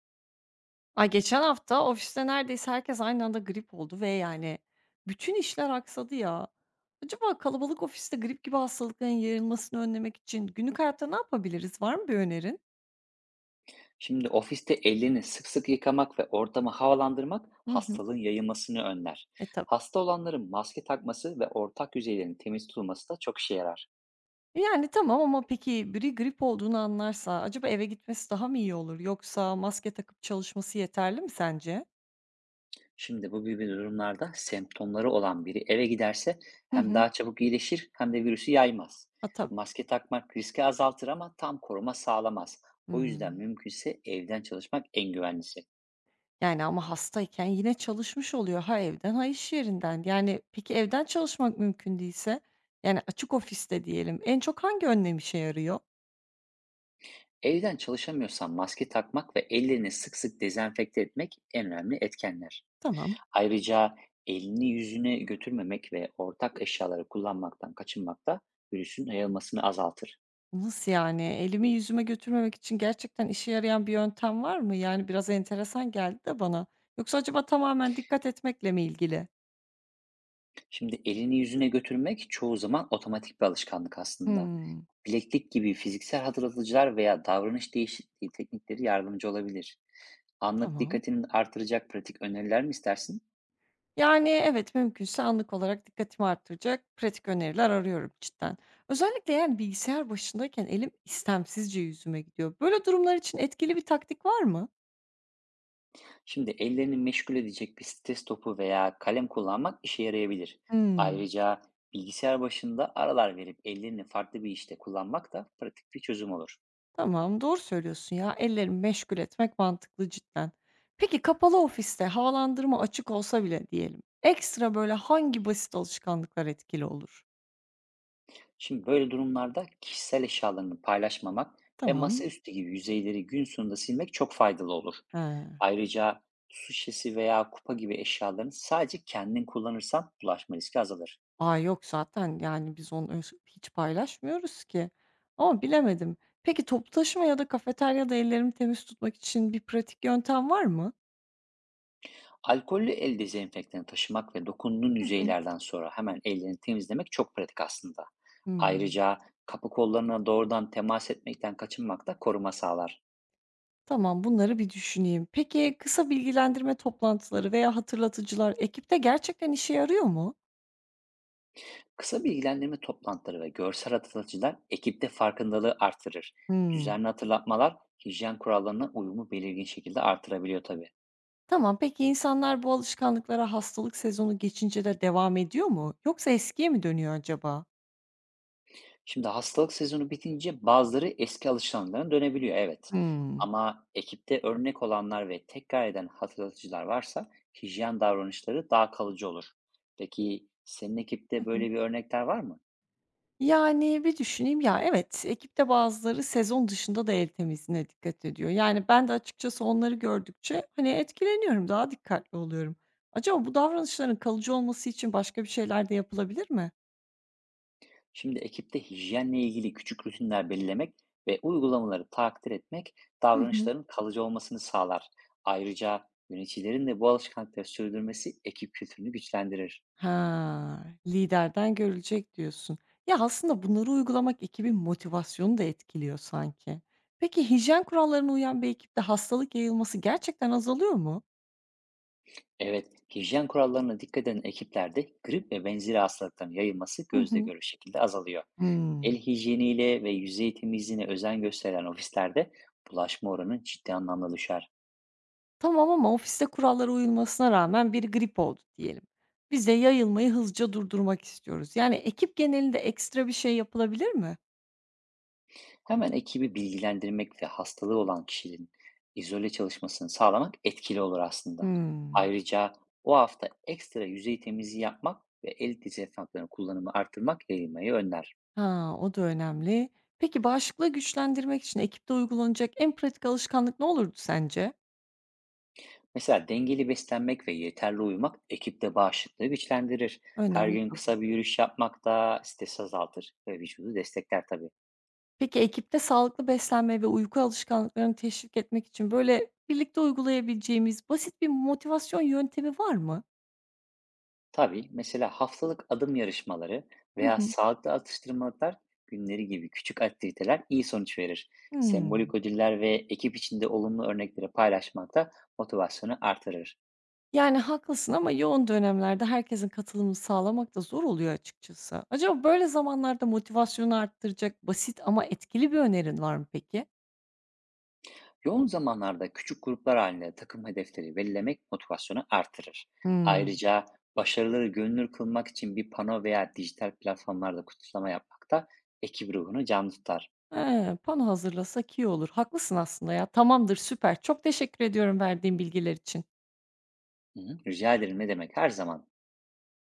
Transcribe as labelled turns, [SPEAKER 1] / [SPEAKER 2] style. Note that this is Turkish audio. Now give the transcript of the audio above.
[SPEAKER 1] Ay, geçen hafta ofiste neredeyse herkes aynı anda grip oldu ve yani bütün işler aksadı ya. Acaba kalabalık ofiste grip gibi hastalıkların yayılmasını önlemek için günlük hayatta ne yapabiliriz? Var mı bir önerin?
[SPEAKER 2] Şimdi ofiste ellerini sık sık yıkamak ve ortamı havalandırmak
[SPEAKER 1] Hı hı.
[SPEAKER 2] hastalığın yayılmasını önler.
[SPEAKER 1] E tabii.
[SPEAKER 2] Hasta olanların maske takması ve ortak yüzeylerin temiz tutulması da çok işe yarar.
[SPEAKER 1] Yani tamam ama peki biri grip olduğunu anlarsa acaba eve gitmesi daha mı iyi olur? Yoksa maske takıp çalışması yeterli mi sence?
[SPEAKER 2] Şimdi bu gibi durumlarda semptomları olan biri eve giderse
[SPEAKER 1] Hı
[SPEAKER 2] hem
[SPEAKER 1] hı.
[SPEAKER 2] daha çabuk iyileşir hem de virüsü yaymaz.
[SPEAKER 1] Ha tabii.
[SPEAKER 2] Maske takmak riski azaltır ama tam koruma sağlamaz. O yüzden
[SPEAKER 1] Hmm.
[SPEAKER 2] mümkünse evden çalışmak en güvenlisi.
[SPEAKER 1] Yani, ama hastayken yine çalışmış oluyor. Ha evden, ha iş yerinden. Yani, peki evden çalışmak mümkün değilse, yani, açık ofiste diyelim, en çok hangi önlem işe yarıyor?
[SPEAKER 2] Evden çalışamıyorsan maske takmak ve ellerini sık sık dezenfekte etmek en önemli etkenler.
[SPEAKER 1] Tamam.
[SPEAKER 2] Ayrıca elini yüzüne götürmemek ve ortak eşyaları kullanmaktan kaçınmak da virüsün yayılmasını azaltır.
[SPEAKER 1] Nasıl yani? Elimi yüzüme götürmemek için gerçekten işe yarayan bir yöntem var mı? Yani, biraz enteresan geldi de bana. Yoksa acaba tamamen dikkat etmekle mi ilgili?
[SPEAKER 2] Şimdi elini yüzüne götürmek çoğu zaman otomatik bir alışkanlık aslında.
[SPEAKER 1] Hımm.
[SPEAKER 2] Bileklik gibi fiziksel hatırlatıcılar veya davranış değişikliği teknikleri yardımcı olabilir. Anlık
[SPEAKER 1] Tamam.
[SPEAKER 2] dikkatini artıracak pratik öneriler mi istersin?
[SPEAKER 1] Yani, evet, mümkünse anlık olarak dikkatimi arttıracak pratik öneriler arıyorum cidden. Özellikle, yani, bilgisayar başındayken elim istemsizce yüzüme gidiyor. Böyle durumlar için etkili bir taktik var mı?
[SPEAKER 2] Şimdi ellerini meşgul edecek bir stres topu veya kalem kullanmak işe yarayabilir.
[SPEAKER 1] Hımm,
[SPEAKER 2] Ayrıca bilgisayar başında aralar verip ellerini farklı bir işte kullanmak da pratik bir çözüm olur.
[SPEAKER 1] tamam, doğru söylüyorsun ya, ellerimi meşgul etmek mantıklı cidden. Peki, kapalı ofiste havalandırma açık olsa bile diyelim, ekstra, böyle, hangi basit alışkanlıklar etkili olur?
[SPEAKER 2] Şimdi böyle durumlarda kişisel eşyalarını paylaşmamak ve
[SPEAKER 1] Tamam.
[SPEAKER 2] masaüstü gibi yüzeyleri gün sonunda silmek çok faydalı olur.
[SPEAKER 1] He.
[SPEAKER 2] Ayrıca su şişesi veya kupa gibi eşyalarını sadece kendin kullanırsan bulaşma riski azalır.
[SPEAKER 1] A, yok zaten, yani, biz onu öş hiç paylaşmıyoruz ki ama bilemedim. Peki toplu taşıma ya da kafeteryada ellerimi temiz tutmak için bir pratik yöntem var mı?
[SPEAKER 2] Alkollü el dezenfektanı taşımak ve dokunduğun
[SPEAKER 1] Hı hı.
[SPEAKER 2] yüzeylerden sonra hemen ellerini temizlemek çok pratik aslında.
[SPEAKER 1] Hımm.
[SPEAKER 2] Ayrıca kapı kollarına doğrudan temas etmekten kaçınmak da koruma sağlar.
[SPEAKER 1] Tamam, bunları bir düşüneyim. Peki kısa bilgilendirme toplantıları veya hatırlatıcılar ekipte gerçekten işe yarıyor mu?
[SPEAKER 2] Kısa bilgilendirme toplantıları ve görsel hatırlatıcılar ekipte farkındalığı artırır.
[SPEAKER 1] Hımm.
[SPEAKER 2] Düzenli hatırlatmalar hijyen kurallarına uyumu belirgin şekilde artırabiliyor tabii.
[SPEAKER 1] Tamam, peki insanlar bu alışkanlıklara hastalık sezonu geçince de devam ediyor mu yoksa eskiye mi dönüyor acaba?
[SPEAKER 2] Şimdi hastalık sezonu bitince bazıları eski alışkanlıklarına dönebiliyor, evet.
[SPEAKER 1] Hımm.
[SPEAKER 2] Ama ekipte örnek olanlar ve tekrar eden hatırlatıcılar varsa hijyen davranışları daha kalıcı olur. Peki senin
[SPEAKER 1] Hı
[SPEAKER 2] ekipte
[SPEAKER 1] hı.
[SPEAKER 2] böyle bir örnekler var mı?
[SPEAKER 1] Yani, bir düşüneyim. Ya, evet, ekipte bazıları sezon dışında da el temizliğine dikkat ediyor. Yani, ben de açıkçası onları gördükçe, hani, etkileniyorum, daha dikkatli oluyorum. Acaba bu davranışların kalıcı olması için başka bir şeyler de yapılabilir mi?
[SPEAKER 2] Şimdi ekipte hijyenle ilgili küçük rutinler belirlemek ve uygulamaları takdir etmek
[SPEAKER 1] Hı hı.
[SPEAKER 2] davranışların kalıcı olmasını sağlar. Ayrıca yöneticilerin de bu alışkanlıkları sürdürmesi ekip kültürünü güçlendirir.
[SPEAKER 1] Ha, liderden görülecek diyorsun. Ya, aslında bunları uygulamak ekibin motivasyonu da etkiliyor sanki. Peki hijyen kurallarına uyan bir ekipte hastalık yayılması gerçekten azalıyor mu?
[SPEAKER 2] Evet, hijyen kurallarına dikkat eden ekiplerde grip ve benzeri hastalıkların yayılması
[SPEAKER 1] Hı
[SPEAKER 2] gözle
[SPEAKER 1] hı.
[SPEAKER 2] görülür şekilde azalıyor. El
[SPEAKER 1] Hımm.
[SPEAKER 2] hijyeniyle ve yüzey temizliğine özen gösteren ofislerde bulaşma oranı ciddi anlamda düşer.
[SPEAKER 1] Tamam ama ofiste kurallara uyulmasına rağmen biri grip oldu diyelim. Bize yayılmayı hızlıca durdurmak istiyoruz. Yani ekip genelinde ekstra bir şey yapılabilir mi?
[SPEAKER 2] Hemen ekibi bilgilendirmek ve hastalığı olan kişinin izole çalışmasını sağlamak etkili olur aslında.
[SPEAKER 1] Hmm.
[SPEAKER 2] Ayrıca o hafta ekstra yüzey temizliği yapmak ve el dezenfektanı kullanımı artırmak yayılmayı önler.
[SPEAKER 1] Ha, o da önemli. Peki bağışıklığı güçlendirmek için ekipte uygulanacak en pratik alışkanlık ne olurdu sence?
[SPEAKER 2] Mesela dengeli beslenmek ve yeterli uyumak ekipte bağışıklığı güçlendirir. Her
[SPEAKER 1] Önemli
[SPEAKER 2] gün
[SPEAKER 1] tabii.
[SPEAKER 2] kısa bir yürüyüş yapmak da stresi azaltır ve vücudu destekler tabii.
[SPEAKER 1] Peki ekipte sağlıklı beslenme ve uyku alışkanlıklarını teşvik etmek için böyle birlikte uygulayabileceğimiz basit bir motivasyon yöntemi var mı?
[SPEAKER 2] Tabii mesela haftalık adım yarışmaları
[SPEAKER 1] Hı
[SPEAKER 2] veya
[SPEAKER 1] hı.
[SPEAKER 2] sağlıklı atıştırmalıklar günleri gibi küçük aktiviteler iyi sonuç verir.
[SPEAKER 1] Hmm.
[SPEAKER 2] Sembolik ödüller ve ekip içinde olumlu örnekleri paylaşmak da motivasyonu artırır.
[SPEAKER 1] Yani, haklısın ama yoğun dönemlerde herkesin katılımını sağlamak da zor oluyor açıkçası. Acaba böyle zamanlarda motivasyonu arttıracak basit ama etkili bir önerin var mı peki?
[SPEAKER 2] Yoğun zamanlarda küçük gruplar halinde takım hedefleri belirlemek motivasyonu artırır.
[SPEAKER 1] Hımm.
[SPEAKER 2] Ayrıca başarıları görünür kılmak için bir pano veya dijital platformlarda kutlama yapmak da ekip ruhunu canlı tutar.
[SPEAKER 1] He, pano hazırlasak iyi olur. Haklısın aslında ya. Tamamdır, süper. Çok teşekkür ediyorum verdiğin bilgiler için.
[SPEAKER 2] Hı hı, rica ederim, ne demek, her zaman.